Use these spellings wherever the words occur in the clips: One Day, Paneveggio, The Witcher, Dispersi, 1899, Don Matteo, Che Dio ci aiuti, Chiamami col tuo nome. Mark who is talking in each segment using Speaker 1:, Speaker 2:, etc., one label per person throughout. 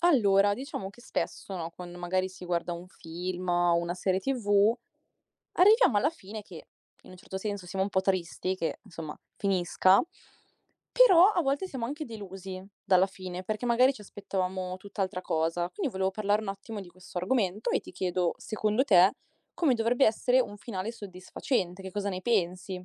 Speaker 1: Allora, diciamo che spesso, no, quando magari si guarda un film o una serie TV, arriviamo alla fine che in un certo senso siamo un po' tristi che, insomma, finisca, però a volte siamo anche delusi dalla fine, perché magari ci aspettavamo tutt'altra cosa. Quindi volevo parlare un attimo di questo argomento e ti chiedo, secondo te, come dovrebbe essere un finale soddisfacente? Che cosa ne pensi?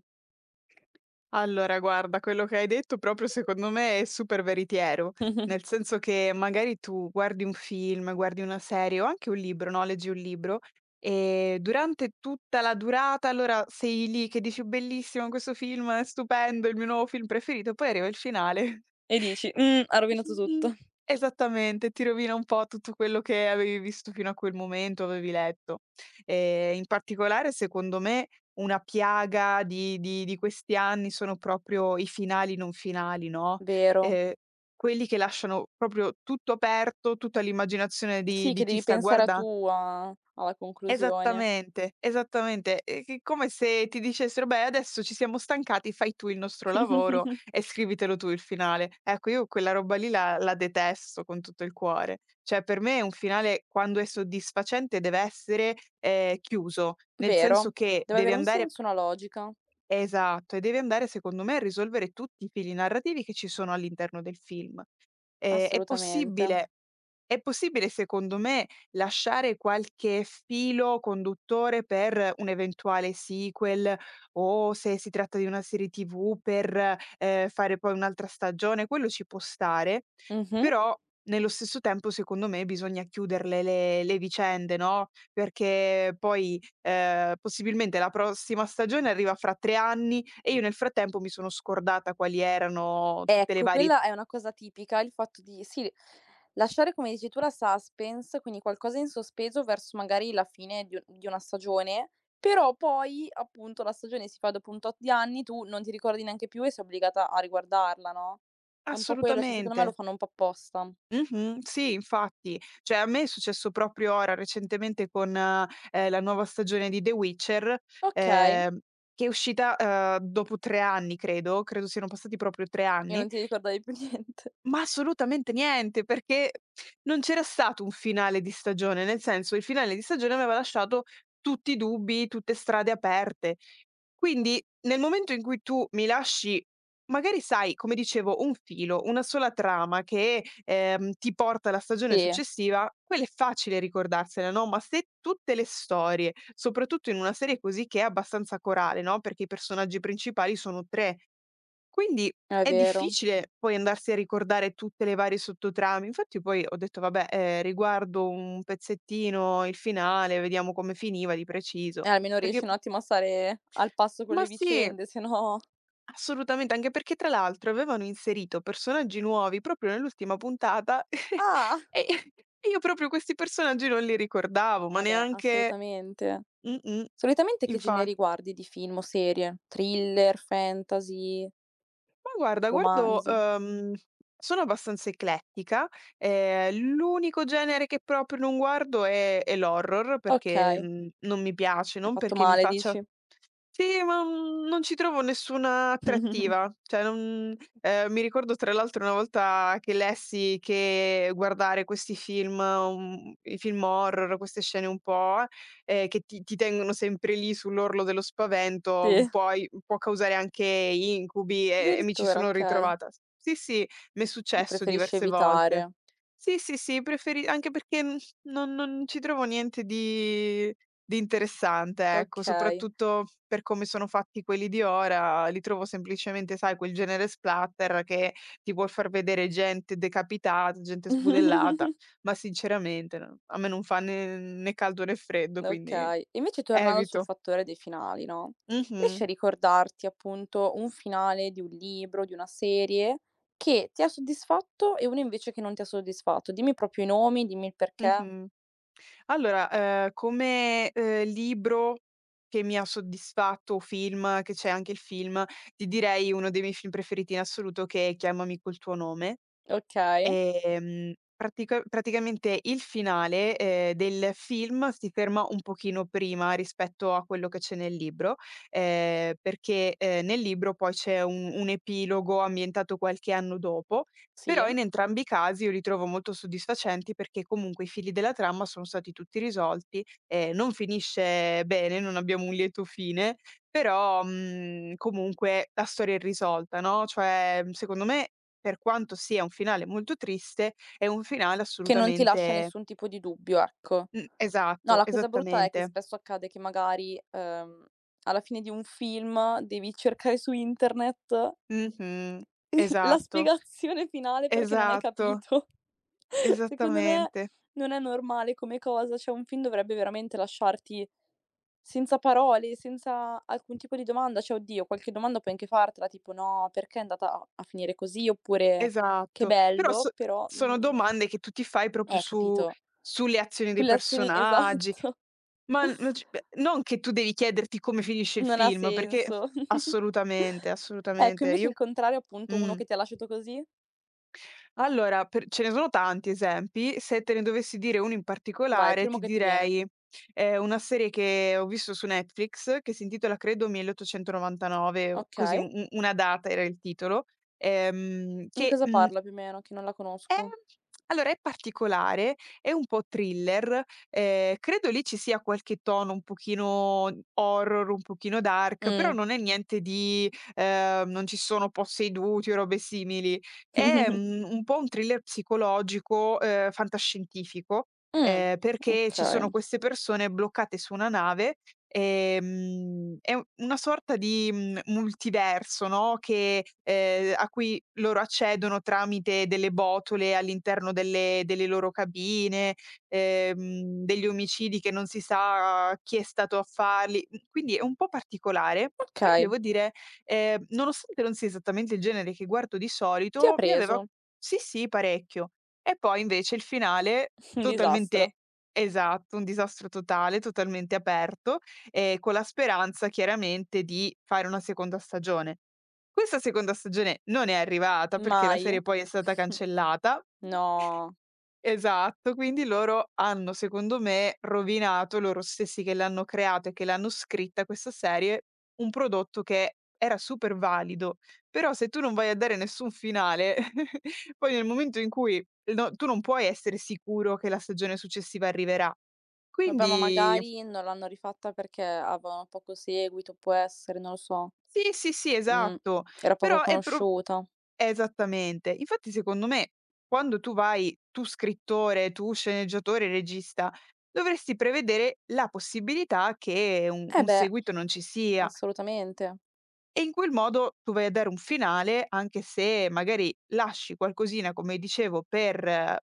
Speaker 2: Allora guarda, quello che hai detto proprio secondo me è super veritiero, nel senso che magari tu guardi un film, guardi una serie o anche un libro, no, leggi un libro e durante tutta la durata allora sei lì che dici: "Bellissimo questo film, è stupendo, è il mio nuovo film preferito", poi arriva il finale.
Speaker 1: E dici: Ha rovinato
Speaker 2: Mh-mh,
Speaker 1: tutto".
Speaker 2: esattamente, ti rovina un po' tutto quello che avevi visto fino a quel momento, avevi letto. In particolare secondo me una piaga di questi anni sono proprio i finali non finali, no,
Speaker 1: Vero.
Speaker 2: ehm, quelli che lasciano proprio tutto aperto, tutto all'immaginazione di
Speaker 1: Sì,
Speaker 2: di
Speaker 1: che
Speaker 2: chi
Speaker 1: devi
Speaker 2: sta
Speaker 1: pensare a
Speaker 2: guarda
Speaker 1: tu a alla conclusione.
Speaker 2: esattamente, esattamente, è che come se ti dicessero: "Beh, adesso ci siamo stancati, fai tu il nostro lavoro e scrivitelo tu il finale." Ecco, io quella roba lì la detesto con tutto il cuore. Cioè, per me un finale quando è soddisfacente deve essere, chiuso, nel
Speaker 1: Vero.
Speaker 2: senso che
Speaker 1: Deve
Speaker 2: deve
Speaker 1: avere un
Speaker 2: andare.
Speaker 1: senso, una logica.
Speaker 2: Esatto, e deve andare secondo me a risolvere tutti i fili narrativi che ci sono all'interno del film. Ehm, è
Speaker 1: Assolutamente.
Speaker 2: possibile è possibile secondo me lasciare qualche filo conduttore per un eventuale sequel o se si tratta di una serie TV per, fare poi un'altra stagione, quello ci può stare,
Speaker 1: Mh-mh.
Speaker 2: però nello stesso tempo secondo me bisogna chiuderle le vicende, no, perché poi possibilmente la prossima stagione arriva fra 3 anni e io nel frattempo mi sono scordata quali erano tutte le
Speaker 1: Ecco,
Speaker 2: varie
Speaker 1: quella è una cosa tipica, il fatto di sì, lasciare come dici tu la suspense, quindi qualcosa in sospeso verso magari la fine di u di una stagione, però poi appunto la stagione si fa dopo un tot di anni, tu non ti ricordi neanche più e sei obbligata a riguardarla, no, è un po' quello, cioè secondo me lo
Speaker 2: assolutamente.
Speaker 1: fanno un po' apposta.
Speaker 2: Mh-mh, sì, infatti. Cioè a me è successo proprio ora recentemente con, la nuova stagione di The Witcher,
Speaker 1: Okay,
Speaker 2: ehm, che è uscita, dopo 3 anni credo, credo siano passati proprio 3
Speaker 1: e non
Speaker 2: anni.
Speaker 1: ti ricordavi più niente.
Speaker 2: Ma assolutamente niente, perché non c'era stato un finale di stagione, nel senso il finale di stagione aveva lasciato tutti i dubbi, tutte strade aperte. Quindi nel momento in cui tu mi lasci, magari sai, come dicevo, un filo, una sola trama che ti porta alla stagione
Speaker 1: Sì,
Speaker 2: successiva, quella è facile ricordarsela, no? Ma se tutte le storie, soprattutto in una serie così che è abbastanza corale, no? Perché i personaggi principali sono tre, quindi
Speaker 1: è
Speaker 2: è
Speaker 1: vero.
Speaker 2: difficile poi andarsi a ricordare tutte le varie sottotrame. Infatti poi ho detto: "Vabbè, riguardo un pezzettino il finale, vediamo come finiva di
Speaker 1: E
Speaker 2: preciso".
Speaker 1: almeno riesci
Speaker 2: Perché
Speaker 1: un attimo a stare al passo con le
Speaker 2: ma sì,
Speaker 1: vicende, se no
Speaker 2: assolutamente, anche perché tra l'altro avevano inserito personaggi nuovi proprio nell'ultima puntata.
Speaker 1: ah!
Speaker 2: E e io proprio questi personaggi non li ricordavo, ma
Speaker 1: Eh beh,
Speaker 2: neanche
Speaker 1: assolutamente.
Speaker 2: mh-mh,
Speaker 1: Solitamente che generi
Speaker 2: infatti.
Speaker 1: guardi di film o serie? Thriller, fantasy,
Speaker 2: Ma guarda, guardo
Speaker 1: romanzi?
Speaker 2: sono abbastanza eclettica, l'unico genere che proprio non guardo è l'horror perché,
Speaker 1: Okay,
Speaker 2: non mi piace,
Speaker 1: hai
Speaker 2: non
Speaker 1: fatto
Speaker 2: perché mi
Speaker 1: male
Speaker 2: faccia
Speaker 1: dici?
Speaker 2: sì, ma, non ci trovo nessuna attrattiva. Cioè non mi ricordo tra l'altro una volta che lessi che guardare questi film i film horror, queste scene un po', che ti tengono sempre lì sull'orlo dello spavento,
Speaker 1: Sì,
Speaker 2: poi può causare anche incubi e mi ci
Speaker 1: addirittura,
Speaker 2: sono
Speaker 1: okay.
Speaker 2: ritrovata. S sì, sì, m'è
Speaker 1: Ne
Speaker 2: successo
Speaker 1: preferisci
Speaker 2: diverse volte.
Speaker 1: evitare.
Speaker 2: Sì, sì, sì, preferi anche perché, non ci trovo niente di interessante, ecco,
Speaker 1: Okay.
Speaker 2: soprattutto per come sono fatti quelli di ora, li trovo semplicemente, sai, quel genere splatter che ti vuol far vedere gente decapitata, gente sbudellata, ma sinceramente no a me non fa né né caldo né freddo, quindi
Speaker 1: Okay. Invece tornando sul
Speaker 2: evito.
Speaker 1: fattore dei finali, no, riesci
Speaker 2: Mh-mh,
Speaker 1: a ricordarti appunto un finale di un libro, di una serie che ti ha soddisfatto e uno invece che non ti ha soddisfatto? Dimmi proprio i nomi, dimmi il perché.
Speaker 2: mh-mh. Allora, come, libro che mi ha soddisfatto o film, che c'è anche il film, ti direi uno dei miei film preferiti in assoluto che è Chiamami col tuo nome.
Speaker 1: Okay,
Speaker 2: Praticamente il finale, del film si ferma un pochino prima rispetto a quello che c'è nel libro, perché, nel libro poi c'è un epilogo ambientato qualche anno dopo,
Speaker 1: sì.
Speaker 2: però in entrambi i casi io li trovo molto soddisfacenti perché comunque i fili della trama sono stati tutti risolti, non finisce bene, non abbiamo un lieto fine, però, comunque la storia è irrisolta, no, cioè, secondo me per quanto sia un finale molto triste, è un finale
Speaker 1: Che non ti lascia
Speaker 2: assolutamente
Speaker 1: nessun tipo di dubbio, ecco. No,
Speaker 2: esatto,
Speaker 1: la cosa brutta è che
Speaker 2: esattamente.
Speaker 1: spesso accade che magari, alla fine di un film devi cercare su internet
Speaker 2: Mh-mh.
Speaker 1: La
Speaker 2: Esatto,
Speaker 1: spiegazione finale perché non hai
Speaker 2: esatto,
Speaker 1: capito. Secondo me
Speaker 2: esattamente,
Speaker 1: non è normale come cosa, cioè un film dovrebbe veramente lasciarti senza parole, senza alcun tipo di domanda, cioè oddio qualche domanda puoi anche fartela, tipo: "No, perché è andata a finire così?" Oppure: "Che
Speaker 2: esatto. Però
Speaker 1: bello",
Speaker 2: so
Speaker 1: però,
Speaker 2: sono domande che tu ti fai proprio su
Speaker 1: capito,
Speaker 2: sulle azioni dei
Speaker 1: sulle azioni
Speaker 2: personaggi,
Speaker 1: esatto,
Speaker 2: ma non c non che tu devi chiederti come finisce il
Speaker 1: non ha
Speaker 2: film, perché
Speaker 1: senso.
Speaker 2: assolutamente,
Speaker 1: Ecco,
Speaker 2: assolutamente.
Speaker 1: invece il
Speaker 2: Io
Speaker 1: contrario, appunto, uno
Speaker 2: mh.
Speaker 1: che ti ha lasciato così?
Speaker 2: Allora, per ce ne sono tanti esempi. Se te ne dovessi dire uno in
Speaker 1: Vai, il
Speaker 2: particolare,
Speaker 1: primo
Speaker 2: ti
Speaker 1: che ti viene.
Speaker 2: direi, una serie che ho visto su Netflix, che si intitola credo 1899, o così
Speaker 1: Okay,
Speaker 2: u una data era il titolo,
Speaker 1: di
Speaker 2: che,
Speaker 1: cosa
Speaker 2: mhmm
Speaker 1: parla più o meno, che non la
Speaker 2: Ehm,
Speaker 1: conosco?
Speaker 2: allora è particolare, è un po' thriller, credo lì ci sia qualche tono un pochino horror, un pochino dark, però
Speaker 1: Mh.
Speaker 2: non è niente di non ci sono posseduti o robe simili. È, un po' un thriller psicologico, fantascientifico,
Speaker 1: Mh.
Speaker 2: perché ci
Speaker 1: Okay,
Speaker 2: sono queste persone bloccate su una nave. È u una sorta di, multiverso, no, che a cui loro accedono tramite delle botole all'interno delle loro cabine, degli omicidi che non si sa chi è stato a farli. Mhmm, quindi è un po' particolare, ma io
Speaker 1: okay.
Speaker 2: devo dire, nonostante non sia esattamente il genere che guardo di
Speaker 1: Ti ha
Speaker 2: solito, mi aveva
Speaker 1: preso.
Speaker 2: sì, sì, parecchio. E poi invece il finale
Speaker 1: Un disastro.
Speaker 2: totalmente esatto, un disastro totale, totalmente aperto, con la speranza chiaramente di fare una seconda stagione. Questa seconda stagione non è arrivata perché la
Speaker 1: Mai?
Speaker 2: serie poi è stata cancellata
Speaker 1: No.
Speaker 2: esatto, quindi loro hanno secondo me rovinato loro stessi che l'hanno creata e che l'hanno scritta questa serie, un prodotto che era super valido, però se tu non vai a dare nessun finale, poi nel momento in cui no tu non puoi essere sicuro che la stagione successiva arriverà.
Speaker 1: Vabbè, ma
Speaker 2: Quindi
Speaker 1: magari non l'hanno rifatta perché avevano poco seguito, può essere, non lo so.
Speaker 2: sì, sì, sì,
Speaker 1: Mh.
Speaker 2: esatto.
Speaker 1: Era poco
Speaker 2: Però è pro
Speaker 1: conosciuta.
Speaker 2: esattamente. Infatti secondo me quando tu vai tu scrittore, tu sceneggiatore, regista, dovresti prevedere la possibilità che un
Speaker 1: Eh
Speaker 2: un
Speaker 1: beh,
Speaker 2: seguito non ci sia
Speaker 1: assolutamente.
Speaker 2: e in quel modo tu vai a dare un finale, anche se magari lasci qualcosina, come dicevo, per,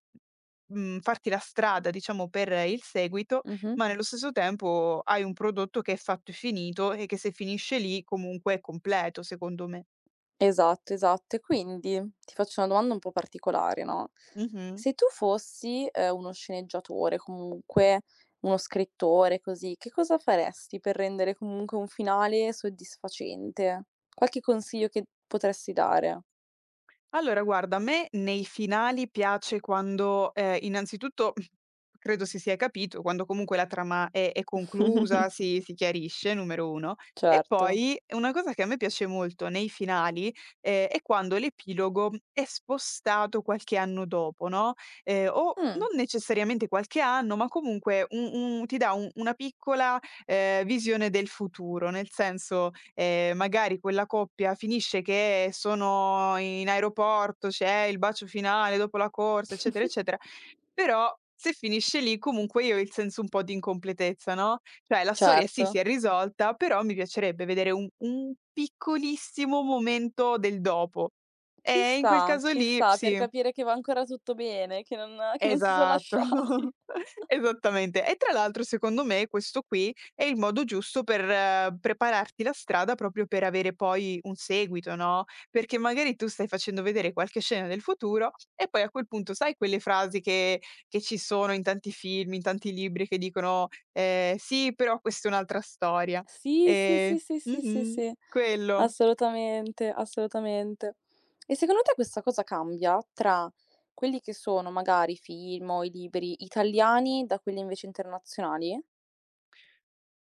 Speaker 2: farti la strada, diciamo, per il seguito,
Speaker 1: Mh-mh.
Speaker 2: ma nello stesso tempo hai un prodotto che è fatto e finito e che se finisce lì comunque è completo, secondo me.
Speaker 1: Esatto, esatto. E quindi ti faccio una domanda un po' particolare, no,
Speaker 2: Mh-mh.
Speaker 1: se tu fossi, uno sceneggiatore, comunque uno scrittore, così, che cosa faresti per rendere comunque un finale soddisfacente? Qualche consiglio che potresti dare?
Speaker 2: Allora guarda, a me nei finali piace quando, innanzitutto credo si sia capito, quando comunque la trama è conclusa, si chiarisce, numero 1, e
Speaker 1: Certo.
Speaker 2: poi una cosa che a me piace molto nei finali, è quando l'epilogo è spostato qualche anno dopo, no, o
Speaker 1: Mh.
Speaker 2: non necessariamente qualche anno, ma comunque un ti dà un una piccola visione del futuro, nel senso, magari quella coppia finisce che sono in aeroporto, c'è il bacio finale dopo la corsa, eccetera, eccetera, però se finisce lì comunque io ho il senso un po' di incompletezza, no, cioè la storia sì
Speaker 1: Certo.
Speaker 2: si è risolta, però mi piacerebbe vedere un piccolissimo momento del dopo. E in quel caso
Speaker 1: Ci
Speaker 2: lì
Speaker 1: sta per
Speaker 2: sì.
Speaker 1: capire che va ancora tutto bene, che non si son
Speaker 2: Esatto,
Speaker 1: lasciati.
Speaker 2: esattamente. E tra l'altro secondo me questo qui è il modo giusto per prepararti la strada proprio per avere poi un seguito, no, perché magari tu stai facendo vedere qualche scena del futuro e poi a quel punto sai quelle frasi che ci sono in tanti film, in tanti libri che dicono, "Sì, però questa è un'altra storia".
Speaker 1: Sì, sì,
Speaker 2: Ehm
Speaker 1: sì, sì, sì, sì,
Speaker 2: mh-mh,
Speaker 1: sì.
Speaker 2: quello.
Speaker 1: Assolutamente, assolutamente. E secondo te questa cosa cambia tra quelli che sono magari i film o i libri italiani da quelli invece internazionali?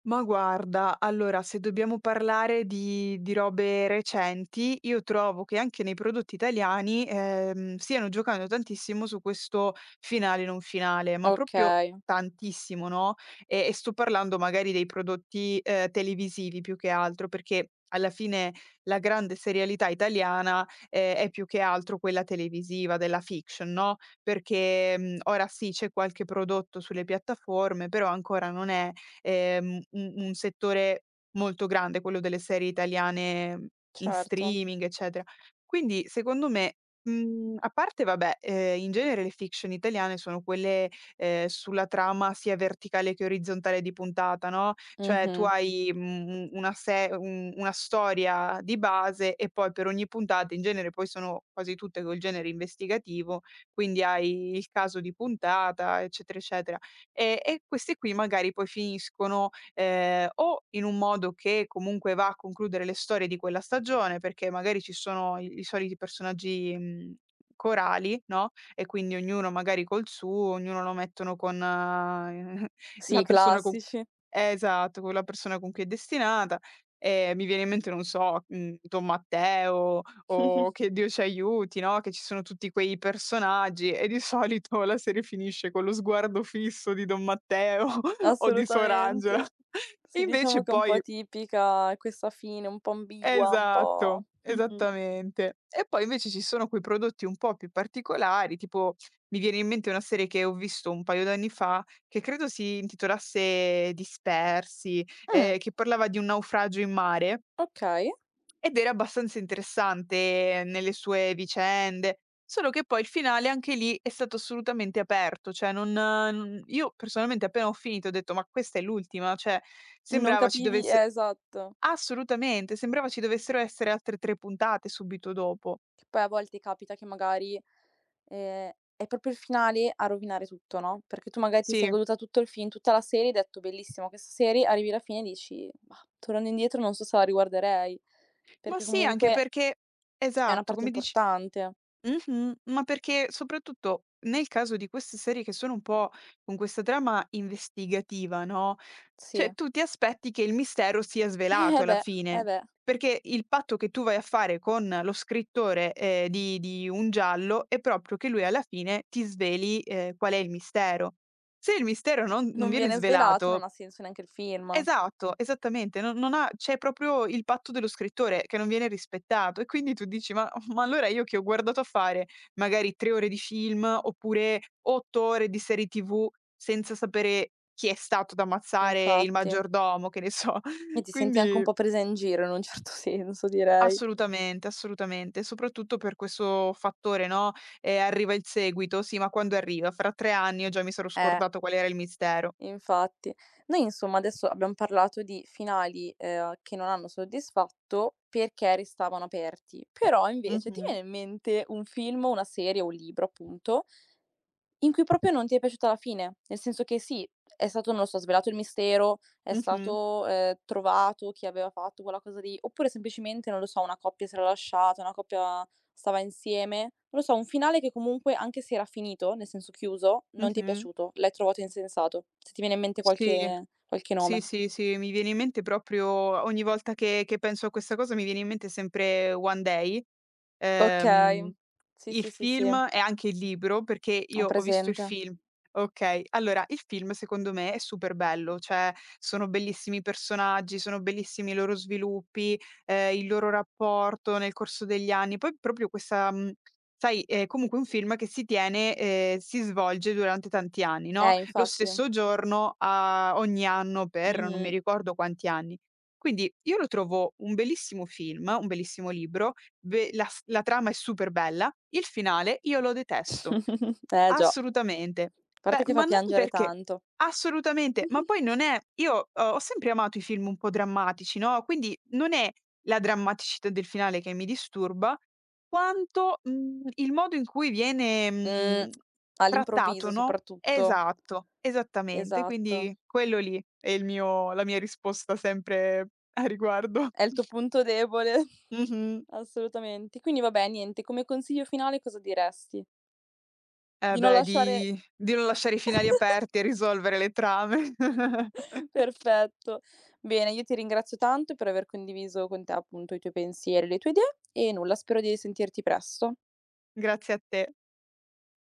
Speaker 2: Ma guarda, allora se dobbiamo parlare di robe recenti, io trovo che anche nei prodotti italiani, stiano giocando tantissimo su questo finale non finale, ma proprio
Speaker 1: Okay,
Speaker 2: tantissimo, no, e sto parlando magari dei prodotti, televisivi più che altro, perché alla fine la grande serialità italiana, è più che altro quella televisiva, della fiction, no, perché, ora sì, c'è qualche prodotto sulle piattaforme, però ancora non è un settore molto grande, quello delle serie italiane in
Speaker 1: certo.
Speaker 2: streaming, eccetera. Quindi secondo me, a parte vabbè, in genere le fiction italiane sono quelle, sulla trama sia verticale che orizzontale di puntata, no, cioè tu
Speaker 1: Mh-mh.
Speaker 2: hai, mhmm, u una se un una storia di base e poi per ogni puntata in genere poi sono quasi tutte col genere investigativo, quindi hai il caso di puntata, eccetera, eccetera. E questi qui magari poi finiscono, o in un modo che comunque va a concludere le storie di quella stagione, perché magari ci sono i soliti personaggi, corali, no, e quindi ognuno magari col suo, ognuno lo mettono con
Speaker 1: Sì,
Speaker 2: la
Speaker 1: i
Speaker 2: persona con cu
Speaker 1: classici.
Speaker 2: esatto, con la persona con cui è destinata. Mi viene in mente, non so, Don Matteo o "Che Dio ci aiuti", no, che ci sono tutti quei personaggi e di solito la serie finisce con lo sguardo fisso di don Matteo o di suor Angela.
Speaker 1: Assolutamente. Sì, diciamo
Speaker 2: Invece
Speaker 1: che è un po'
Speaker 2: poi
Speaker 1: tipica questa fine, un po' ambigua, un po'
Speaker 2: esatto,
Speaker 1: mh-mh.
Speaker 2: esattamente. E poi invece ci sono quei prodotti un po' più particolari, tipo mi viene in mente una serie che ho visto un paio d'anni fa, che credo si intitolasse Dispersi,
Speaker 1: Mh,
Speaker 2: che parlava di un naufragio in mare.
Speaker 1: okay.
Speaker 2: Ed era abbastanza interessante nelle sue vicende, solo che poi il finale anche lì è stato assolutamente aperto, cioè non n io personalmente appena ho finito ho detto: "Ma questa è l'ultima?" Cioè
Speaker 1: Non
Speaker 2: sembrava ci
Speaker 1: capivi
Speaker 2: dovesse
Speaker 1: esatto.
Speaker 2: assolutamente, sembrava ci dovessero essere altre 3 puntate subito dopo.
Speaker 1: Che poi a volte capita che magari, ehm, è proprio il finale a rovinare tutto, no, perché tu magari ti sei
Speaker 2: Sì.
Speaker 1: goduta tutto il film, tutta la serie, hai detto: "Bellissima questa serie", arrivi alla fine e dici: "Mah, tornando indietro non so se la riguarderei",
Speaker 2: Ma
Speaker 1: perché
Speaker 2: sì, anche
Speaker 1: comunque
Speaker 2: perché
Speaker 1: è una
Speaker 2: esatto,
Speaker 1: parte
Speaker 2: come dici
Speaker 1: importante.
Speaker 2: mh-mh, ma perché soprattutto nel caso di queste serie che sono un po' con questa trama investigativa, no,
Speaker 1: Sì.
Speaker 2: cioè tu ti aspetti che il mistero sia
Speaker 1: Eh
Speaker 2: svelato alla
Speaker 1: beh, eh
Speaker 2: fine,
Speaker 1: beh,
Speaker 2: perché il patto che tu vai a fare con lo scrittore, di un giallo è proprio che lui alla fine ti sveli, qual è il mistero. Se il mistero non
Speaker 1: non
Speaker 2: viene
Speaker 1: viene svelato, non
Speaker 2: svelato
Speaker 1: ha senso neanche il film.
Speaker 2: esatto, esattamente, non ha c'è proprio il patto dello scrittore che non viene rispettato e quindi tu dici: ma allora io che ho guardato a fare magari 3 ore di film oppure 8 ore di serie TV senza sapere chi è stato ad ammazzare il
Speaker 1: Infatti.
Speaker 2: maggiordomo", che ne so.
Speaker 1: E ti senti anche un
Speaker 2: Quindi
Speaker 1: po' presa in giro in un certo senso direi.
Speaker 2: assolutamente, assolutamente, soprattutto per questo fattore, no, arriva il seguito, sì, ma quando arriva? Fra 3 anni io già mi sarò
Speaker 1: Eh.
Speaker 2: scordato qual era il mistero.
Speaker 1: Infatti. Noi insomma adesso abbiam parlato di finali, che non hanno soddisfatto perché restavano aperti, però invece ti
Speaker 2: Mh-mh,
Speaker 1: viene in mente un film, una serie o un libro appunto, in cui proprio non ti è piaciuta la fine, nel senso che sì, è stato, non lo so, svelato il mistero, è
Speaker 2: mh-mh,
Speaker 1: stato, trovato chi aveva fatto quella cosa lì, oppure semplicemente, non lo so, una coppia si era lasciata, una coppia stava insieme. Non lo so, un finale che comunque, anche se era finito, nel senso chiuso, non ti è
Speaker 2: mh-mh.
Speaker 1: piaciuto, l'hai trovato insensato. Se ti viene in mente
Speaker 2: Sì.
Speaker 1: qualche
Speaker 2: Sì,
Speaker 1: nome.
Speaker 2: sì, sì, mi viene in mente proprio ogni volta che penso a questa cosa mi viene in mente sempre One Day,
Speaker 1: Okay.
Speaker 2: ehm,
Speaker 1: Sì,
Speaker 2: il
Speaker 1: sì, sì, sì,
Speaker 2: film
Speaker 1: ho
Speaker 2: e anche il libro, perché io ho visto il
Speaker 1: presente.
Speaker 2: film. Okay, allora il film secondo me è super bello, cioè sono bellissimi i personaggi, sono bellissimi i loro sviluppi, il loro rapporto nel corso degli anni. Poi proprio questa, mhmm. Sai, è comunque un film che si tiene si svolge durante tanti anni, no, lo
Speaker 1: Infatti.
Speaker 2: stesso giorno a ogni anno per non mi
Speaker 1: Mh-mh.
Speaker 2: ricordo quanti anni. Quindi io lo trovo un bellissimo film, un bellissimo libro, be la trama è super bella, il finale io lo detesto.
Speaker 1: Eh già.
Speaker 2: Assolutamente.
Speaker 1: A
Speaker 2: Beh,
Speaker 1: parte che fa
Speaker 2: ma non
Speaker 1: piangere
Speaker 2: perché
Speaker 1: tanto.
Speaker 2: assolutamente, ma poi non è io ho sempre amato i film un po' drammatici, no, quindi non è la drammaticità del finale che mi disturba, quanto, il modo in cui viene,
Speaker 1: Mh, all'improvviso
Speaker 2: trattato, no?
Speaker 1: soprattutto.
Speaker 2: Esatto, esattamente.
Speaker 1: Esatto.
Speaker 2: Quindi quello lì è il mio la mia risposta sempre a riguardo.
Speaker 1: È il tuo punto debole.
Speaker 2: Mh-mh.
Speaker 1: Assolutamente. Quindi vabbè, niente, come consiglio finale cosa diresti? Di
Speaker 2: Eh
Speaker 1: non
Speaker 2: beh,
Speaker 1: lasciare
Speaker 2: di non lasciare i finali aperti e risolvere le trame.
Speaker 1: perfetto. Bene, io ti ringrazio tanto per aver condiviso con te, appunto, i tuoi pensieri, le tue idee e nulla, spero di risentirti presto.
Speaker 2: Grazie a te.